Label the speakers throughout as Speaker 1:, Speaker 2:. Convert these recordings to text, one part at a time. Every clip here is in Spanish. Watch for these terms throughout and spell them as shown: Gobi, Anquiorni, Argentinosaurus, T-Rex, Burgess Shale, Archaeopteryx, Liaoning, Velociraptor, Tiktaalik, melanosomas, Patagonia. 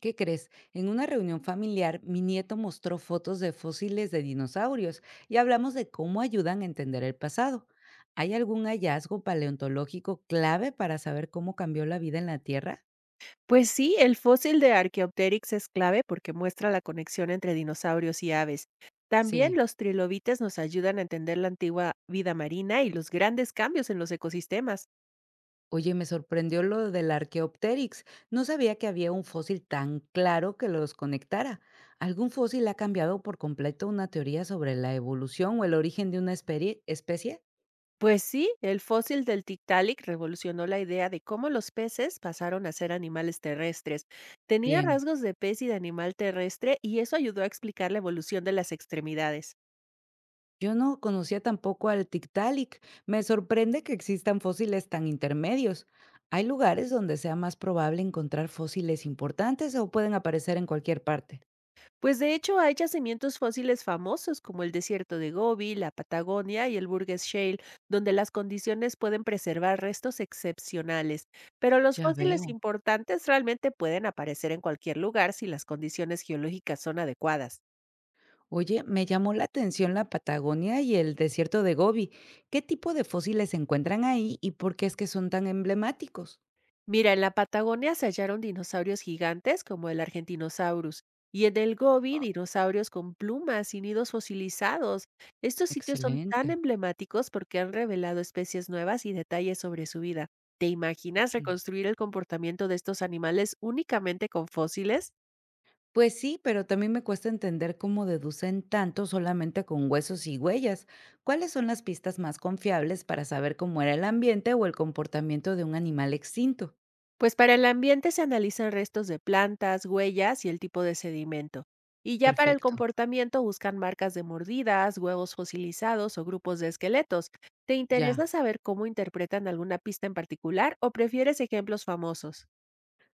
Speaker 1: ¿Qué crees? En una reunión familiar, mi nieto mostró fotos de fósiles de dinosaurios y hablamos de cómo ayudan a entender el pasado. ¿Hay algún hallazgo paleontológico clave para saber cómo cambió la vida en la Tierra?
Speaker 2: Pues sí, el fósil de Archaeopteryx es clave porque muestra la conexión entre dinosaurios y aves. También
Speaker 1: Sí.
Speaker 2: los trilobites nos ayudan a entender la antigua vida marina y los grandes cambios en los ecosistemas.
Speaker 1: Oye, me sorprendió lo del Archaeopteryx. No sabía que había un fósil tan claro que los conectara. ¿Algún fósil ha cambiado por completo una teoría sobre la evolución o el origen de una especie?
Speaker 2: Pues sí, el fósil del Tiktaalik revolucionó la idea de cómo los peces pasaron a ser animales terrestres. Tenía
Speaker 1: Bien.
Speaker 2: rasgos de pez y de animal terrestre, y eso ayudó a explicar la evolución de las extremidades.
Speaker 1: Yo no conocía tampoco al Tiktaalik. Me sorprende que existan fósiles tan intermedios. ¿Hay lugares donde sea más probable encontrar fósiles importantes o pueden aparecer en cualquier parte?
Speaker 2: Pues de hecho hay yacimientos fósiles famosos como el desierto de Gobi, la Patagonia y el Burgess Shale, donde las condiciones pueden preservar restos excepcionales, pero los
Speaker 1: Ya
Speaker 2: fósiles
Speaker 1: veo.
Speaker 2: importantes realmente pueden aparecer en cualquier lugar si las condiciones geológicas son adecuadas.
Speaker 1: Oye, me llamó la atención la Patagonia y el desierto de Gobi. ¿Qué tipo de fósiles se encuentran ahí y por qué es que son tan emblemáticos?
Speaker 2: Mira, en la Patagonia se hallaron dinosaurios gigantes como el Argentinosaurus, y en el Gobi dinosaurios con plumas y nidos fosilizados. Estos sitios son tan
Speaker 1: Excelente.
Speaker 2: emblemáticos porque han revelado especies nuevas y detalles sobre su vida. ¿Te imaginas reconstruir el comportamiento de estos animales únicamente con fósiles?
Speaker 1: Pues sí, pero también me cuesta entender cómo deducen tanto solamente con huesos y huellas. ¿Cuáles son las pistas más confiables para saber cómo era el ambiente o el comportamiento de un animal extinto?
Speaker 2: Pues para el ambiente se analizan restos de plantas, huellas y el tipo de sedimento. Y ya para el
Speaker 1: Perfecto,
Speaker 2: comportamiento buscan marcas de mordidas, huevos fosilizados o grupos de esqueletos. ¿Te interesa
Speaker 1: ya.
Speaker 2: saber cómo interpretan alguna pista en particular, o prefieres ejemplos famosos?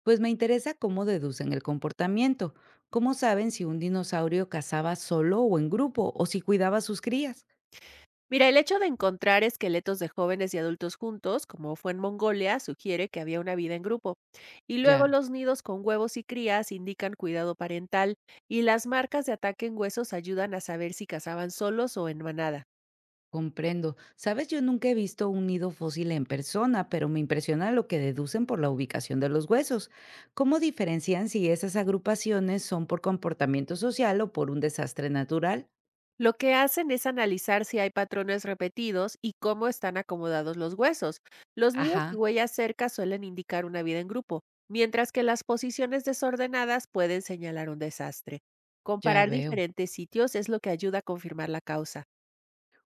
Speaker 1: Pues me interesa cómo deducen el comportamiento, cómo saben si un dinosaurio cazaba solo o en grupo o si cuidaba a sus crías.
Speaker 2: Mira, el hecho de encontrar esqueletos de jóvenes y adultos juntos, como fue en Mongolia, sugiere que había una vida en grupo. Y luego
Speaker 1: Ya.
Speaker 2: los nidos con huevos y crías indican cuidado parental, y las marcas de ataque en huesos ayudan a saber si cazaban solos o en manada.
Speaker 1: Comprendo. Sabes, yo nunca he visto un nido fósil en persona, pero me impresiona lo que deducen por la ubicación de los huesos. ¿Cómo diferencian si esas agrupaciones son por comportamiento social o por un desastre natural?
Speaker 2: Lo que hacen es analizar si hay patrones repetidos y cómo están acomodados los huesos. Los nidos y
Speaker 1: Ajá,
Speaker 2: huellas cerca suelen indicar una vida en grupo, mientras que las posiciones desordenadas pueden señalar un desastre.
Speaker 1: ya
Speaker 2: Comparar
Speaker 1: veo.
Speaker 2: diferentes sitios es lo que ayuda a confirmar la causa.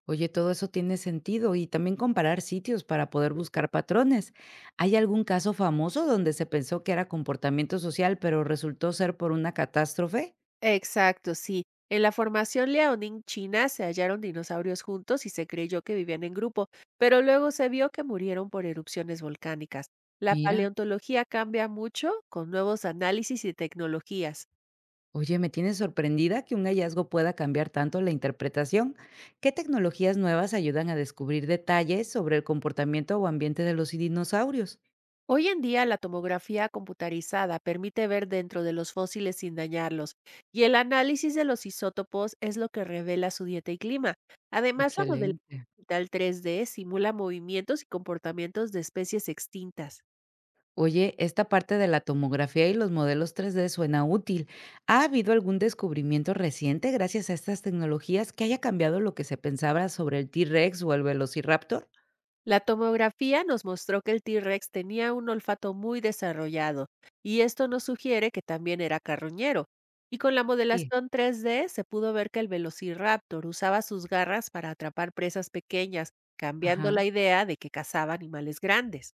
Speaker 1: Oye, todo eso tiene sentido y también comparar sitios para poder buscar patrones. ¿Hay algún caso famoso donde se pensó que era comportamiento social, pero resultó ser por una catástrofe?
Speaker 2: Exacto, sí. En la formación Liaoning, China, se hallaron dinosaurios juntos y se creyó que vivían en grupo, pero luego se vio que murieron por erupciones volcánicas. La
Speaker 1: Mira.
Speaker 2: paleontología cambia mucho con nuevos análisis y tecnologías.
Speaker 1: Oye, me tiene sorprendida que un hallazgo pueda cambiar tanto la interpretación. ¿Qué tecnologías nuevas ayudan a descubrir detalles sobre el comportamiento o ambiente de los dinosaurios?
Speaker 2: Hoy en día la tomografía computarizada permite ver dentro de los fósiles sin dañarlos, y el análisis de los isótopos es lo que revela su dieta y clima. Además, la modelación
Speaker 1: Excelente.
Speaker 2: digital 3D simula movimientos y comportamientos de especies extintas.
Speaker 1: Oye, esta parte de la tomografía y los modelos 3D suena útil. ¿Ha habido algún descubrimiento reciente gracias a estas tecnologías que haya cambiado lo que se pensaba sobre el T-Rex o el Velociraptor?
Speaker 2: La tomografía nos mostró que el T-Rex tenía un olfato muy desarrollado, y esto nos sugiere que también era carroñero. Y con la
Speaker 1: Sí.
Speaker 2: modelación 3D se pudo ver que el Velociraptor usaba sus garras para atrapar presas pequeñas, cambiando la
Speaker 1: Ajá.
Speaker 2: idea de que cazaba animales grandes.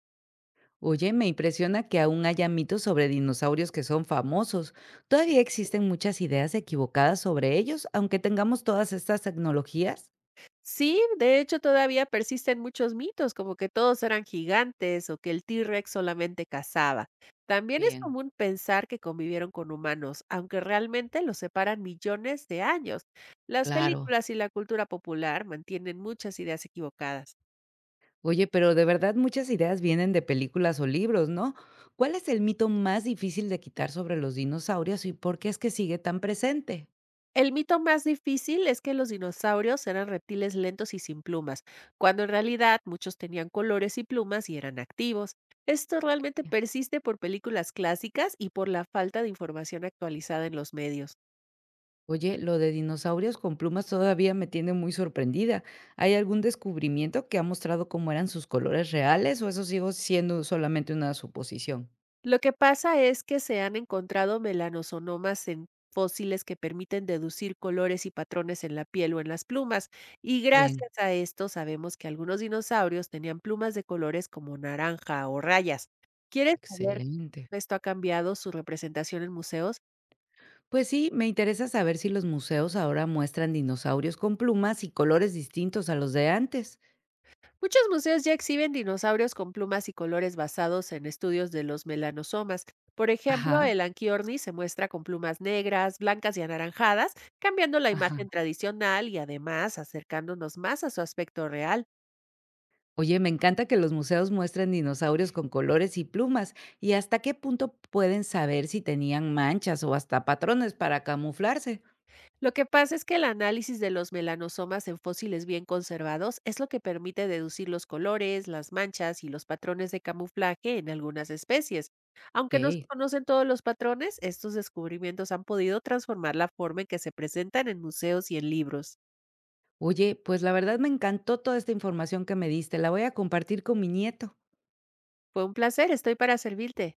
Speaker 1: Oye, me impresiona que aún haya mitos sobre dinosaurios que son famosos. Todavía existen muchas ideas equivocadas sobre ellos, aunque tengamos todas estas tecnologías.
Speaker 2: Sí, de hecho todavía persisten muchos mitos, como que todos eran gigantes o que el T-Rex solamente cazaba. También es
Speaker 1: Bien,
Speaker 2: común pensar que convivieron con humanos, aunque realmente los separan millones de años. Las
Speaker 1: claro.
Speaker 2: películas y la cultura popular mantienen muchas ideas equivocadas.
Speaker 1: Oye, pero de verdad muchas ideas vienen de películas o libros, ¿no? ¿Cuál es el mito más difícil de quitar sobre los dinosaurios y por qué es que sigue tan presente?
Speaker 2: El mito más difícil es que los dinosaurios eran reptiles lentos y sin plumas, cuando en realidad muchos tenían colores y plumas y eran activos. Esto realmente persiste por películas clásicas y por la falta de información actualizada en los medios.
Speaker 1: Oye, lo de dinosaurios con plumas todavía me tiene muy sorprendida. ¿Hay algún descubrimiento que ha mostrado cómo eran sus colores reales o eso sigo siendo solamente una suposición?
Speaker 2: Lo que pasa es que se han encontrado melanosomas en fósiles que permiten deducir colores y patrones en la piel o en las plumas, y
Speaker 1: Bien,
Speaker 2: gracias a esto sabemos que algunos dinosaurios tenían plumas de colores como naranja o rayas. ¿Quieres saber
Speaker 1: excelente.
Speaker 2: cómo esto ha cambiado su representación en museos?
Speaker 1: Pues sí, me interesa saber si los museos ahora muestran dinosaurios con plumas y colores distintos a los de antes.
Speaker 2: Muchos museos ya exhiben dinosaurios con plumas y colores basados en estudios de los melanosomas. Por ejemplo,
Speaker 1: Ajá,
Speaker 2: el Anquiorni se muestra con plumas negras, blancas y anaranjadas, cambiando la
Speaker 1: ajá.
Speaker 2: imagen tradicional y además acercándonos más a su aspecto real.
Speaker 1: Oye, me encanta que los museos muestren dinosaurios con colores y plumas. ¿Y hasta qué punto pueden saber si tenían manchas o hasta patrones para camuflarse?
Speaker 2: Lo que pasa es que el análisis de los melanosomas en fósiles bien conservados es lo que permite deducir los colores, las manchas y los patrones de camuflaje en algunas especies. Aunque no se
Speaker 1: Ok.
Speaker 2: conocen todos los patrones, estos descubrimientos han podido transformar la forma en que se presentan en museos y en libros.
Speaker 1: Oye, pues la verdad me encantó toda esta información que me diste. La voy a compartir con mi nieto.
Speaker 2: Fue un placer, estoy para servirte.